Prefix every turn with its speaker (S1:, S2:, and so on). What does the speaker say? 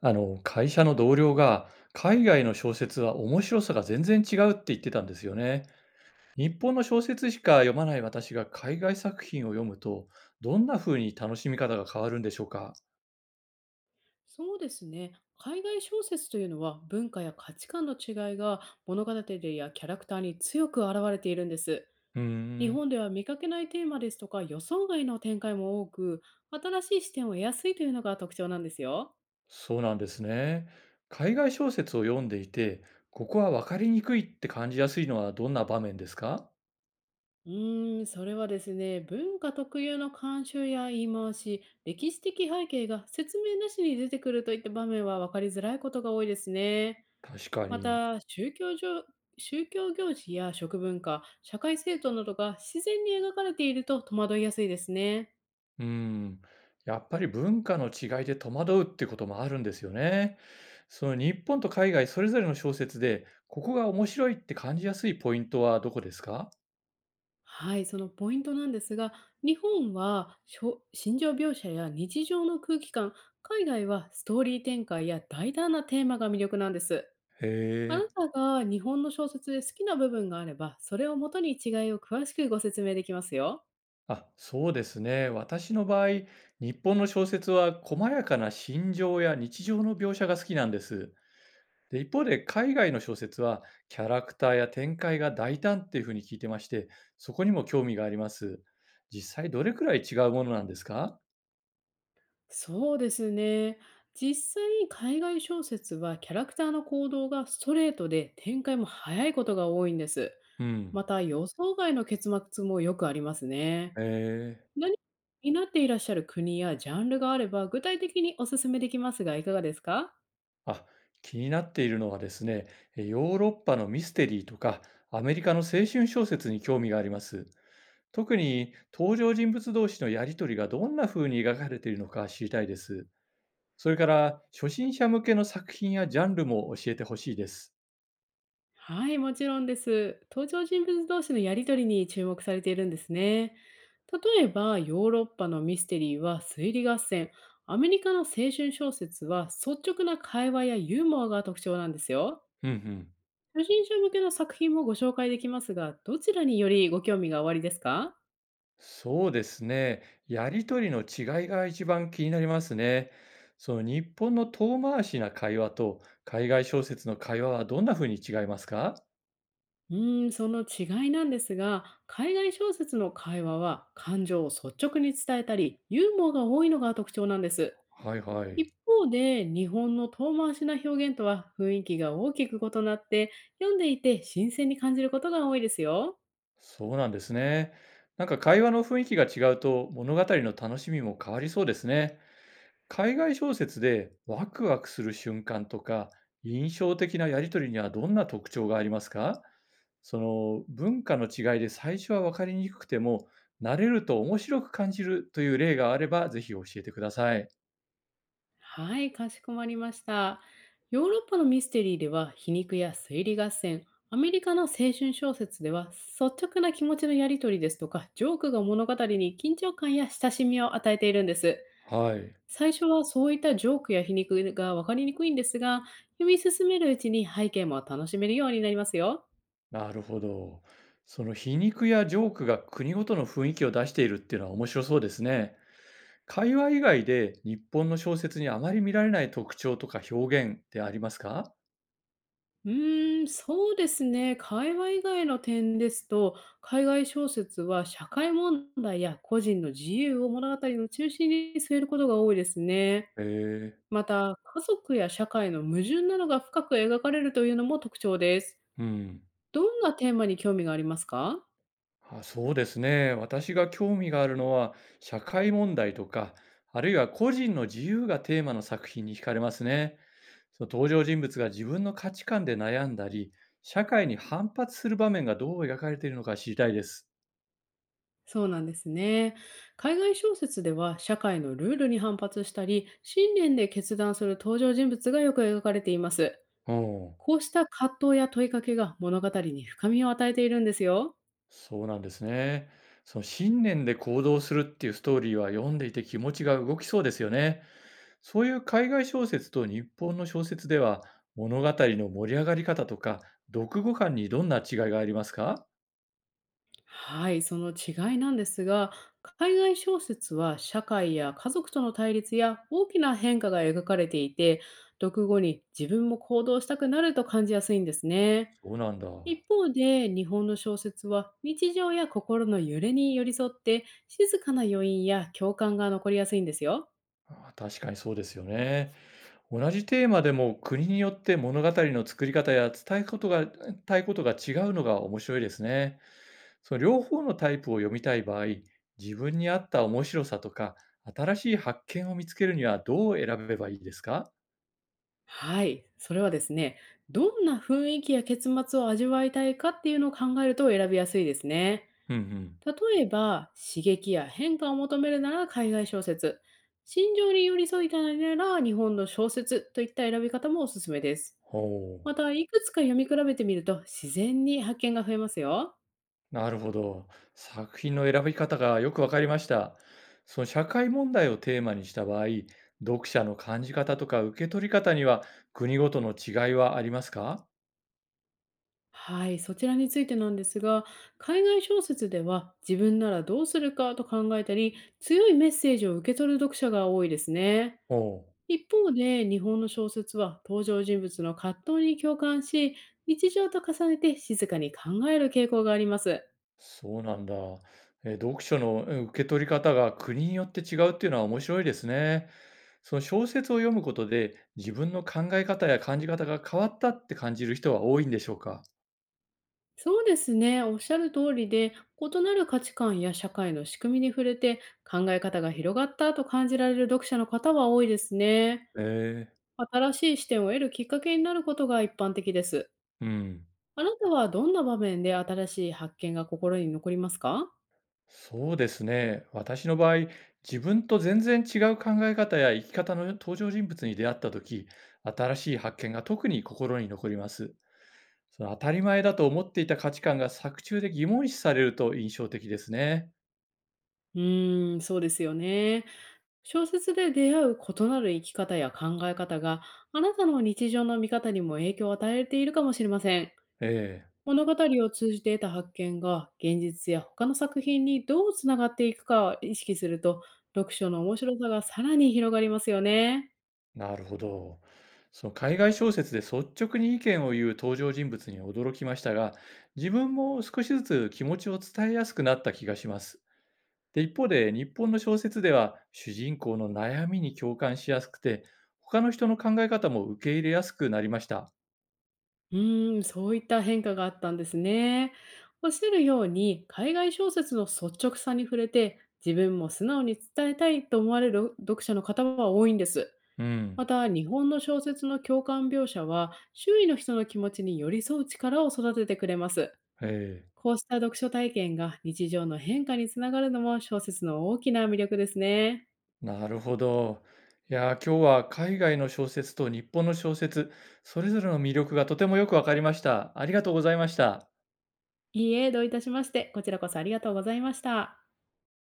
S1: 会社の同僚が、海外の小説は面白さが全然違うって言ってたんですよね。日本の小説しか読まない私が海外作品を読むと、どんな風に楽しみ方が変わるんでしょうか？
S2: そうですね。海外小説というのは文化や価値観の違いが物語やキャラクターに強く現れているんです。
S1: うー
S2: 日
S1: ん、
S2: 本では見かけないテーマですとか予想外の展開も多く、新しい視点を得やすいというのが特徴なんですよ。
S1: そうなんですね。海外小説を読んでいて、ここは分かりにくいって感じやすいのはどんな場面ですか？
S2: それはですね、文化特有の慣習や言い回し、歴史的背景が説明なしに出てくるといった場面は分かりづらいことが多いですね。
S1: 確か
S2: ま
S1: に。
S2: た、宗教行事や食文化、社会制度などが自然に描かれていると戸惑いやすいですね。
S1: うーん、やっぱり文化の違いで戸惑うってこともあるんですよね。その日本と海外それぞれの小説で、ここが面白いって感じやすいポイントはどこですか？
S2: はい、そのポイントなんですが、日本は心情描写や日常の空気感、海外はストーリー展開や大胆なテーマが魅力なんです。
S1: へ
S2: あな
S1: え。
S2: たが日本の小説で好きな部分があれば、それをもとに違いを詳しくご説明できますよ。
S1: あ、そうですね。私の場合、日本の小説は細やかな心情や日常の描写が好きなんです。で、一方で海外の小説はキャラクターや展開が大胆っていうふうに聞いてまして、そこにも興味があります。実際どれくらい違うものなんですか？
S2: そうですね。実際、海外小説はキャラクターの行動がストレートで展開も早いことが多いんです。
S1: うん。
S2: また予想外の結末もよくあります
S1: え
S2: ね。
S1: え。
S2: 何になっていらっしゃる国やジャンルがあれば具体的にお勧めできますが、いかがですか？
S1: あ、気になっているのはですね、ヨーロッパのミステリーとか、アメリカの青春小説に興味があります。特に登場人物同士のやりとりがどんな風に描かれているのか知りたいです。それから、初心者向けの作品やジャンルも教えてほしいです。
S2: はい、もちろんです。登場人物同士のやりとりに注目されているんですね。例えば、ヨーロッパのミステリーは推理合戦、アメリカの青春小説は率直な会話やユーモアが特徴なんですよ。
S1: うんうん。
S2: 初心者向けの作品もご紹介できますが、どちらによりご興味がおありですか？
S1: そうですね。やりとりの違いが一番気になりますね。その日本の遠回しな会話と海外小説の会話はどんな風に違いますか？
S2: その違いなんですが、海外小説の会話は感情を率直に伝えたり、ユーモアが多いのが特徴なんです。
S1: はいはい。
S2: 一方で、日本の遠回しな表現とは雰囲気が大きく異なって、読んでいて新鮮に感じることが多いですよ。
S1: そうなんですね。なんか会話の雰囲気が違うと物語の楽しみも変わりそうですね。海外小説でワクワクする瞬間とか印象的なやりとりにはどんな特徴がありますか？その文化の違いで最初は分かりにくくても慣れると面白く感じるという例があればぜひ教えてください。
S2: はい、かしこまりました。ヨーロッパのミステリーでは皮肉や推理合戦、アメリカの青春小説では率直な気持ちのやり取りですとか、ジョークが物語に緊張感や親しみを与えているんです。
S1: はい。
S2: 最初はそういったジョークや皮肉が分かりにくいんですが、読み進めるうちに背景も楽しめるようになりますよ。
S1: なるほど。その皮肉やジョークが国ごとの雰囲気を出しているっていうのは面白そうですね。会話以外で日本の小説にあまり見られない特徴とか表現ってありますか？
S2: そうですね。会話以外の点ですと、海外小説は社会問題や個人の自由を物語の中心に据えることが多いですね。
S1: へえ、
S2: また、家族や社会の矛盾などが深く描かれるというのも特徴です。
S1: うん。
S2: どんなテーマに興味がありますか？
S1: あ、そうですね。私が興味があるのは社会問題とか、あるいは個人の自由がテーマの作品に惹かれますね。その登場人物が自分の価値観で悩んだり、社会に反発する場面がどう描かれているのか知りたいです。
S2: そうなんですね。海外小説では社会のルールに反発したり、信念で決断する登場人物がよく描かれています。
S1: うん。
S2: こうした葛藤や問いかけが物語に深みを与えているんですよ。
S1: そうなんですね。その信念で行動するっていうストーリーは読んでいて気持ちが動きそうですよね。そういう海外小説と日本の小説では物語の盛り上がり方とか読後感にどんな違いがありますか？
S2: はい、その違いなんですが、海外小説は社会や家族との対立や大きな変化が描かれていて、読後に自分も行動したくなると感じやすいんですね。
S1: そうなんだ。
S2: 一方で、日本の小説は日常や心の揺れに寄り添って、静かな余韻や共感が残りやすいんですよ。
S1: あ、確かにそうですよね。同じテーマでも国によって物語の作り方や伝えことがたいことが違うのが面白いですね。その両方のタイプを読みたい場合、自分に合った面白さとか、新しい発見を見つけるにはどう選べばいいですか？
S2: はい、それはですね、どんな雰囲気や結末を味わいたいかっていうのを考えると選びやすいですね。
S1: うんうん。
S2: 例えば、刺激や変化を求めるなら海外小説、心情に寄り添いたいなら日本の小説といった選び方もおすすめです。
S1: ほう、
S2: また、いくつか読み比べてみると自然に発見が増えますよ。
S1: なるほど。作品の選び方がよくわかりました。その社会問題をテーマにした場合、読者の感じ方とか受け取り方には国ごとの違いはありますか？
S2: はい、そちらについてなんですが、海外小説では自分ならどうするかと考えたり、強いメッセージを受け取る読者が多いですね。
S1: ほう。
S2: 一方で、日本の小説は登場人物の葛藤に共感し、日常と重ねて静かに考える傾向があります。
S1: そうなんだ。読書の、うん、受け取り方が国によって違うっていうのは面白いですね。その小説を読むことで自分の考え方や感じ方が変わったって感じる人は多いんでしょうか？
S2: そうですね、おっしゃる通りで、異なる価値観や社会の仕組みに触れて、考え方が広がったと感じられる読者の方は多いですね。
S1: ええ、
S2: 新しい視点を得るきっかけになることが一般的です。
S1: うん。
S2: あなたはどんな場面で新しい発見が心に残りますか？
S1: そうですね。私の場合、自分と全然違う考え方や生き方の登場人物に出会った時、新しい発見が特に心に残ります。その当たり前だと思っていた価値観が作中で疑問視されると印象的ですね。
S2: そうですよね。小説で出会う異なる生き方や考え方が、あなたの日常の見方にも影響を与えているかもしれません。
S1: ええ、
S2: 物語を通じて得た発見が、現実や他の作品にどうつながっていくかを意識すると、読書の面白さがさらに広がりますよね。
S1: なるほど。その海外小説で率直に意見を言う登場人物に驚きましたが、自分も少しずつ気持ちを伝えやすくなった気がします。で、一方で日本の小説では主人公の悩みに共感しやすくて、他の人の考え方も受け入れやすくなりました。
S2: そういった変化があったんですね。おっしゃるように、海外小説の率直さに触れて、自分も素直に伝えたいと思われる読者の方は多いんです。
S1: うん。
S2: また、日本の小説の共感描写は、周囲の人の気持ちに寄り添う力を育ててくれます。
S1: ええ。
S2: こうした読書体験が日常の変化につながるのも小説の大きな魅力ですね。
S1: なるほど。いやー、今日は海外の小説と日本の小説、それぞれの魅力がとてもよくわかりました。ありがとうございました。
S2: いいえ、どういたしまして、こちらこそありがとうございました。